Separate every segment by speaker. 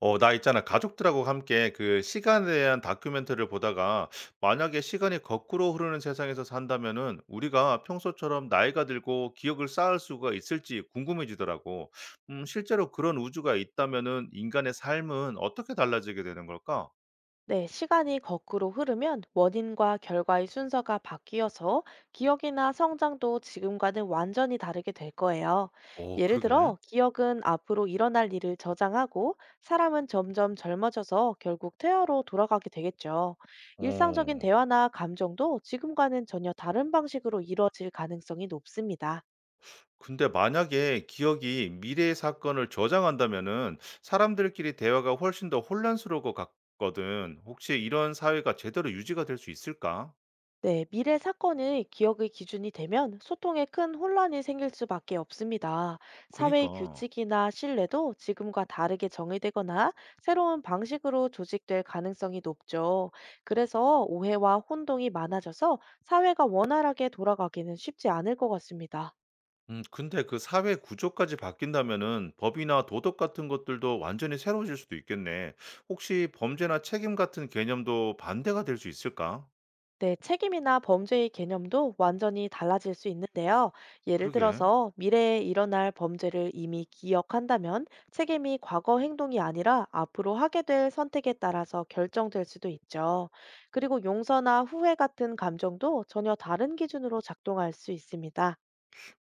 Speaker 1: 어, 나 있잖아. 가족들하고 함께 그 시간에 대한 다큐멘터리를 보다가 만약에 시간이 거꾸로 흐르는 세상에서 산다면은 우리가 평소처럼 나이가 들고 기억을 쌓을 수가 있을지 궁금해지더라고. 실제로 그런 우주가 있다면은 인간의 삶은 어떻게 달라지게 되는 걸까?
Speaker 2: 네, 시간이 거꾸로 흐르면 원인과 결과의 순서가 바뀌어서 기억이나 성장도 지금과는 완전히 다르게 될 거예요.
Speaker 1: 어,
Speaker 2: 예를
Speaker 1: 그러게.
Speaker 2: 들어, 기억은 앞으로 일어날 일을 저장하고 사람은 점점 젊어져서 결국 퇴화로 돌아가게 되겠죠. 일상적인
Speaker 1: 어.
Speaker 2: 대화나 감정도 지금과는 전혀 다른 방식으로 이루어질 가능성이 높습니다.
Speaker 1: 근데 만약에 기억이 미래의 사건을 저장한다면은 사람들끼리 대화가 훨씬 더 혼란스러울 것 같거든. 혹시 이런 사회가 제대로 유지가 될 수 있을까?
Speaker 2: 네, 미래 사건의 기억의 기준이 되면 소통에 큰 혼란이 생길 수밖에 없습니다. 사회의
Speaker 1: 그니까.
Speaker 2: 규칙이나 신뢰도 지금과 다르게 정의되거나 새로운 방식으로 조직될 가능성이 높죠. 그래서 오해와 혼동이 많아져서 사회가 원활하게 돌아가기는 쉽지 않을 것 같습니다.
Speaker 1: 근데 그 사회 구조까지 바뀐다면은 법이나 도덕 같은 것들도 완전히 새로워질 수도 있겠네. 혹시 범죄나 책임 같은 개념도 반대가 될 수 있을까?
Speaker 2: 네, 책임이나 범죄의 개념도 완전히 달라질 수 있는데요. 예를
Speaker 1: 그러게.
Speaker 2: 들어서 미래에 일어날 범죄를 이미 기억한다면 책임이 과거 행동이 아니라 앞으로 하게 될 선택에 따라서 결정될 수도 있죠. 그리고 용서나 후회 같은 감정도 전혀 다른 기준으로 작동할 수 있습니다.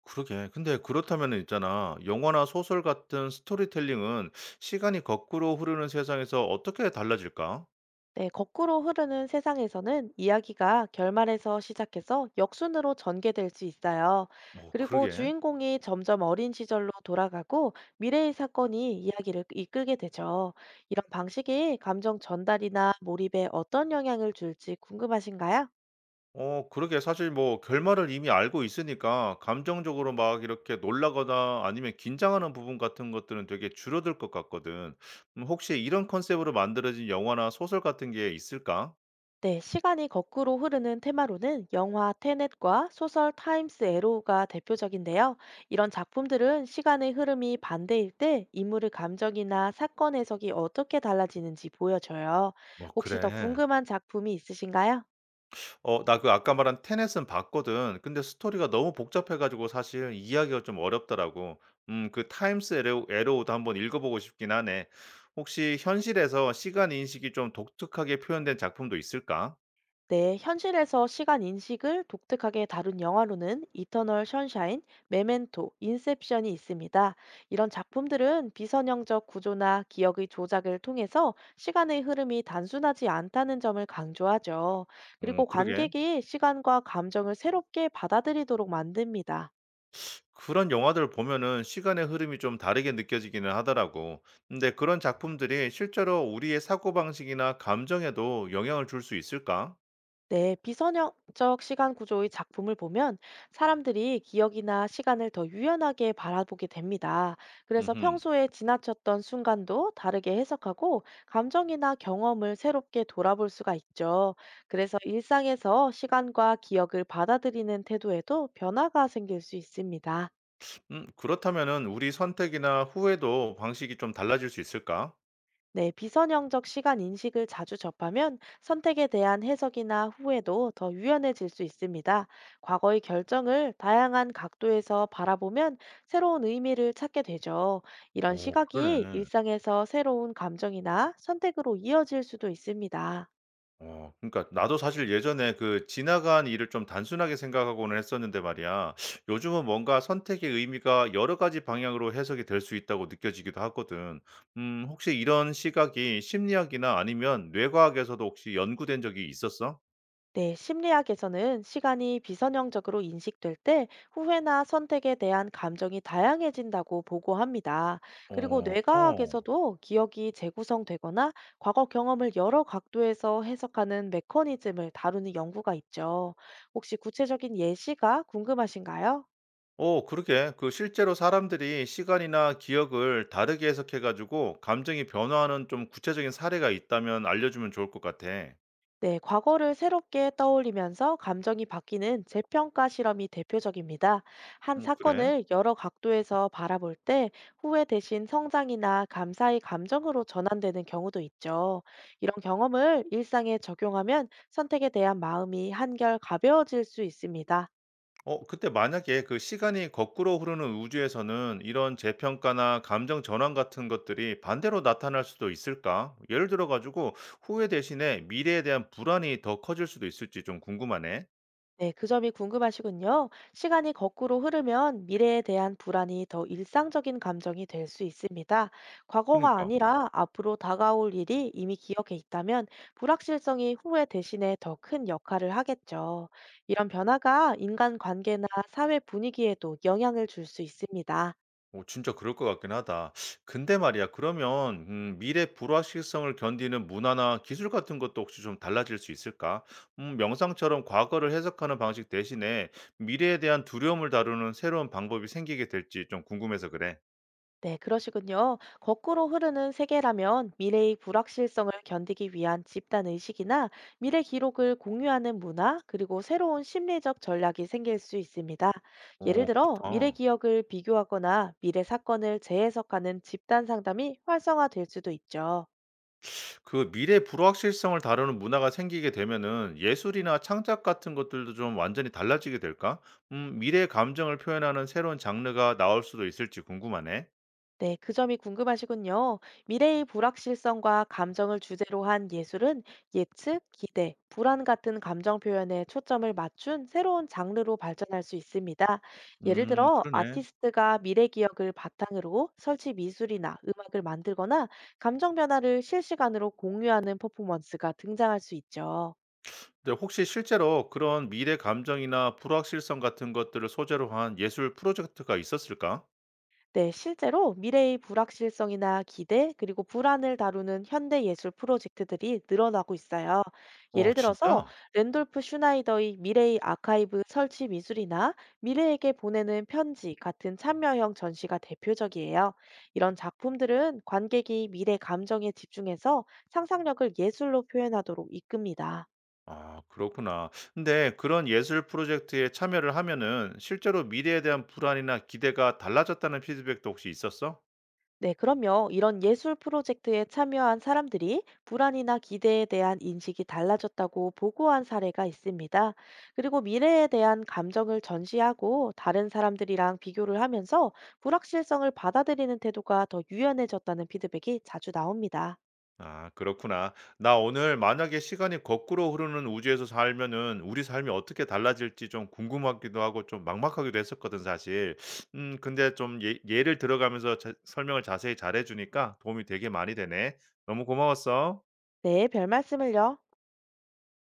Speaker 1: 그러게. 근데 그렇다면은 있잖아. 영화나 소설 같은 스토리텔링은 시간이 거꾸로 흐르는 세상에서 어떻게 달라질까?
Speaker 2: 네, 거꾸로 흐르는 세상에서는 이야기가 결말에서 시작해서 역순으로 전개될 수 있어요.
Speaker 1: 어,
Speaker 2: 그리고
Speaker 1: 그러게.
Speaker 2: 주인공이 점점 어린 시절로 돌아가고 미래의 사건이 이야기를 이끌게 되죠. 이런 방식이 감정 전달이나 몰입에 어떤 영향을 줄지 궁금하신가요?
Speaker 1: 어 그러게 사실 뭐 결말을 이미 알고 있으니까 감정적으로 막 이렇게 놀라거나 아니면 긴장하는 부분 같은 것들은 되게 줄어들 것 같거든. 혹시 이런 컨셉으로 만들어진 영화나 소설 같은 게 있을까?
Speaker 2: 네, 시간이 거꾸로 흐르는 테마로는 영화 테넷과 소설 타임스 에로우가 대표적인데요. 이런 작품들은 시간의 흐름이 반대일 때 인물의 감정이나 사건 해석이 어떻게 달라지는지 보여줘요.
Speaker 1: 어
Speaker 2: 혹시 더
Speaker 1: 그래.
Speaker 2: 궁금한 작품이 있으신가요?
Speaker 1: 어 나 그 아까 말한 테넷은 봤거든. 근데 스토리가 너무 복잡해 가지고 사실 이해하기가 좀 어렵더라고. 그 타임스 에러 에로우도 한번 읽어 보고 싶긴 하네. 혹시 현실에서 시간 인식이 좀 독특하게 표현된 작품도 있을까?
Speaker 2: 네, 현실에서 시간 인식을 독특하게 다룬 영화로는 이터널 션샤인, 메멘토, 인셉션이 있습니다. 이런 작품들은 비선형적 구조나 기억의 조작을 통해서 시간의 흐름이 단순하지 않다는 점을 강조하죠.
Speaker 1: 어
Speaker 2: 그리고
Speaker 1: 그러게.
Speaker 2: 관객이 시간과 감정을 새롭게 받아들이도록 만듭니다.
Speaker 1: 그런 영화들 보면은 시간의 흐름이 좀 다르게 느껴지기는 하더라고. 근데 그런 작품들이 실제로 우리의 사고방식이나 감정에도 영향을 줄 수 있을까?
Speaker 2: 네, 비선형적 시간 구조의 작품을 보면 사람들이 기억이나 시간을 더 유연하게 바라보게 됩니다. 그래서
Speaker 1: 음흠.
Speaker 2: 평소에 지나쳤던 순간도 다르게 해석하고 감정이나 경험을 새롭게 돌아볼 수가 있죠. 그래서 일상에서 시간과 기억을 받아들이는 태도에도 변화가 생길 수 있습니다.
Speaker 1: 그렇다면은 우리 선택이나 후회도 방식이 좀 달라질 수 있을까?
Speaker 2: 네, 비선형적 시간 인식을 자주 접하면 선택에 대한 해석이나 후회도 더 유연해질 수 있습니다. 과거의 결정을 다양한 각도에서 바라보면 새로운 의미를 찾게 되죠. 이런
Speaker 1: 오,
Speaker 2: 시각이
Speaker 1: 그러네.
Speaker 2: 일상에서 새로운 감정이나 선택으로 이어질 수도 있습니다.
Speaker 1: 어 그러니까 나도 사실 예전에 그 지나간 일을 좀 단순하게 생각하고는 했었는데 말이야. 요즘은 뭔가 선택의 의미가 여러 가지 방향으로 해석이 될 수 있다고 느껴지기도 하거든. 혹시 이런 시각이 심리학이나 아니면 뇌과학에서도 혹시 연구된 적이 있었어?
Speaker 2: 네, 심리학에서는 시간이 비선형적으로 인식될 때 후회나 선택에 대한 감정이 다양해진다고 보고합니다. 그리고
Speaker 1: 어 어...
Speaker 2: 뇌과학에서도 기억이 재구성되거나 과거 경험을 여러 각도에서 해석하는 메커니즘을 다루는 연구가 있죠. 혹시 구체적인 예시가 궁금하신가요?
Speaker 1: 어 그러게. 그 실제로 사람들이 시간이나 기억을 다르게 해석해 가지고 감정이 변화하는 좀 구체적인 사례가 있다면 알려주면 좋을 것 같아.
Speaker 2: 네, 과거를 새롭게 떠올리면서 감정이 바뀌는 재평가 실험이 대표적입니다. 한
Speaker 1: 어 그래?
Speaker 2: 사건을 여러 각도에서 바라볼 때 후회 대신 성장이나 감사의 감정으로 전환되는 경우도 있죠. 이런 경험을 일상에 적용하면 선택에 대한 마음이 한결 가벼워질 수 있습니다.
Speaker 1: 어 그때 만약에 그 시간이 거꾸로 흐르는 우주에서는 이런 재평가나 감정 전환 같은 것들이 반대로 나타날 수도 있을까? 예를 들어 가지고 후회 대신에 미래에 대한 불안이 더 커질 수도 있을지 좀 궁금하네.
Speaker 2: 네, 그 점이 궁금하시군요. 시간이 거꾸로 흐르면 미래에 대한 불안이 더 일상적인 감정이 될 수 있습니다. 과거가
Speaker 1: 그니까. 러
Speaker 2: 아니라 앞으로 다가올 일이 이미 기억에 있다면 불확실성이 후회 대신에 더 큰 역할을 하겠죠. 이런 변화가 인간 관계나 사회 분위기에도 영향을 줄 수 있습니다.
Speaker 1: 오 진짜 그럴 것 같긴 하다. 근데 말이야 그러면 미래 불확실성을 견디는 문화나 기술 같은 것도 혹시 좀 달라질 수 있을까? 명상처럼 과거를 해석하는 방식 대신에 미래에 대한 두려움을 다루는 새로운 방법이 생기게 될지 좀 궁금해서 그래.
Speaker 2: 네, 그러시군요. 거꾸로 흐르는 세계라면 미래의 불확실성을 견디기 위한 집단 의식이나 미래 기록을 공유하는 문화, 그리고 새로운 심리적 전략이 생길 수 있습니다. 예를
Speaker 1: 어
Speaker 2: 들어, 미래
Speaker 1: 그렇다.
Speaker 2: 기억을 비교하거나 미래 사건을 재해석하는 집단 상담이 활성화될 수도 있죠.
Speaker 1: 그 미래 불확실성을 다루는 문화가 생기게 되면은 예술이나 창작 같은 것들도 좀 완전히 달라지게 될까? 미래의 감정을 표현하는 새로운 장르가 나올 수도 있을지 궁금하네.
Speaker 2: 네, 그 점이 궁금하시군요. 미래의 불확실성과 감정을 주제로 한 예술은 예측, 기대, 불안 같은 감정 표현에 초점을 맞춘 새로운 장르로 발전할 수 있습니다. 예를 들어,
Speaker 1: 그러네.
Speaker 2: 아티스트가 미래 기억을 바탕으로 설치 미술이나 음악을 만들거나 감정 변화를 실시간으로 공유하는 퍼포먼스가 등장할 수 있죠.
Speaker 1: 근데 혹시 실제로 그런 미래 감정이나 불확실성 같은 것들을 소재로 한 예술 프로젝트가 있었을까?
Speaker 2: 네, 실제로 미래의 불확실성이나 기대, 그리고 불안을 다루는 현대 예술 프로젝트들이 늘어나고 있어요. 예를
Speaker 1: 어
Speaker 2: 들어서
Speaker 1: 진짜?
Speaker 2: 랜돌프 슈나이더의 미래의 아카이브 설치 미술이나 미래에게 보내는 편지 같은 참여형 전시가 대표적이에요. 이런 작품들은 관객이 미래 감정에 집중해서 상상력을 예술로 표현하도록 이끕니다.
Speaker 1: 아 그렇구나. 근데 그런 예술 프로젝트에 참여를 하면은 실제로 미래에 대한 불안이나 기대가 달라졌다는 피드백도 혹시 있었어?
Speaker 2: 네, 그럼요. 이런 예술 프로젝트에 참여한 사람들이 불안이나 기대에 대한 인식이 달라졌다고 보고한 사례가 있습니다. 그리고 미래에 대한 감정을 전시하고 다른 사람들이랑 비교를 하면서 불확실성을 받아들이는 태도가 더 유연해졌다는 피드백이 자주 나옵니다.
Speaker 1: 아, 그렇구나. 나 오늘 만약에 시간이 거꾸로 흐르는 우주에서 살면은 우리 삶이 어떻게 달라질지 좀 궁금하기도 하고 좀 막막하기도 했었거든, 사실. 근데 좀 예를 들어가면서 설명을 자세히 잘해주니까 도움이 되게 많이 되네. 너무 고마웠어.
Speaker 2: 네, 별 말씀을요.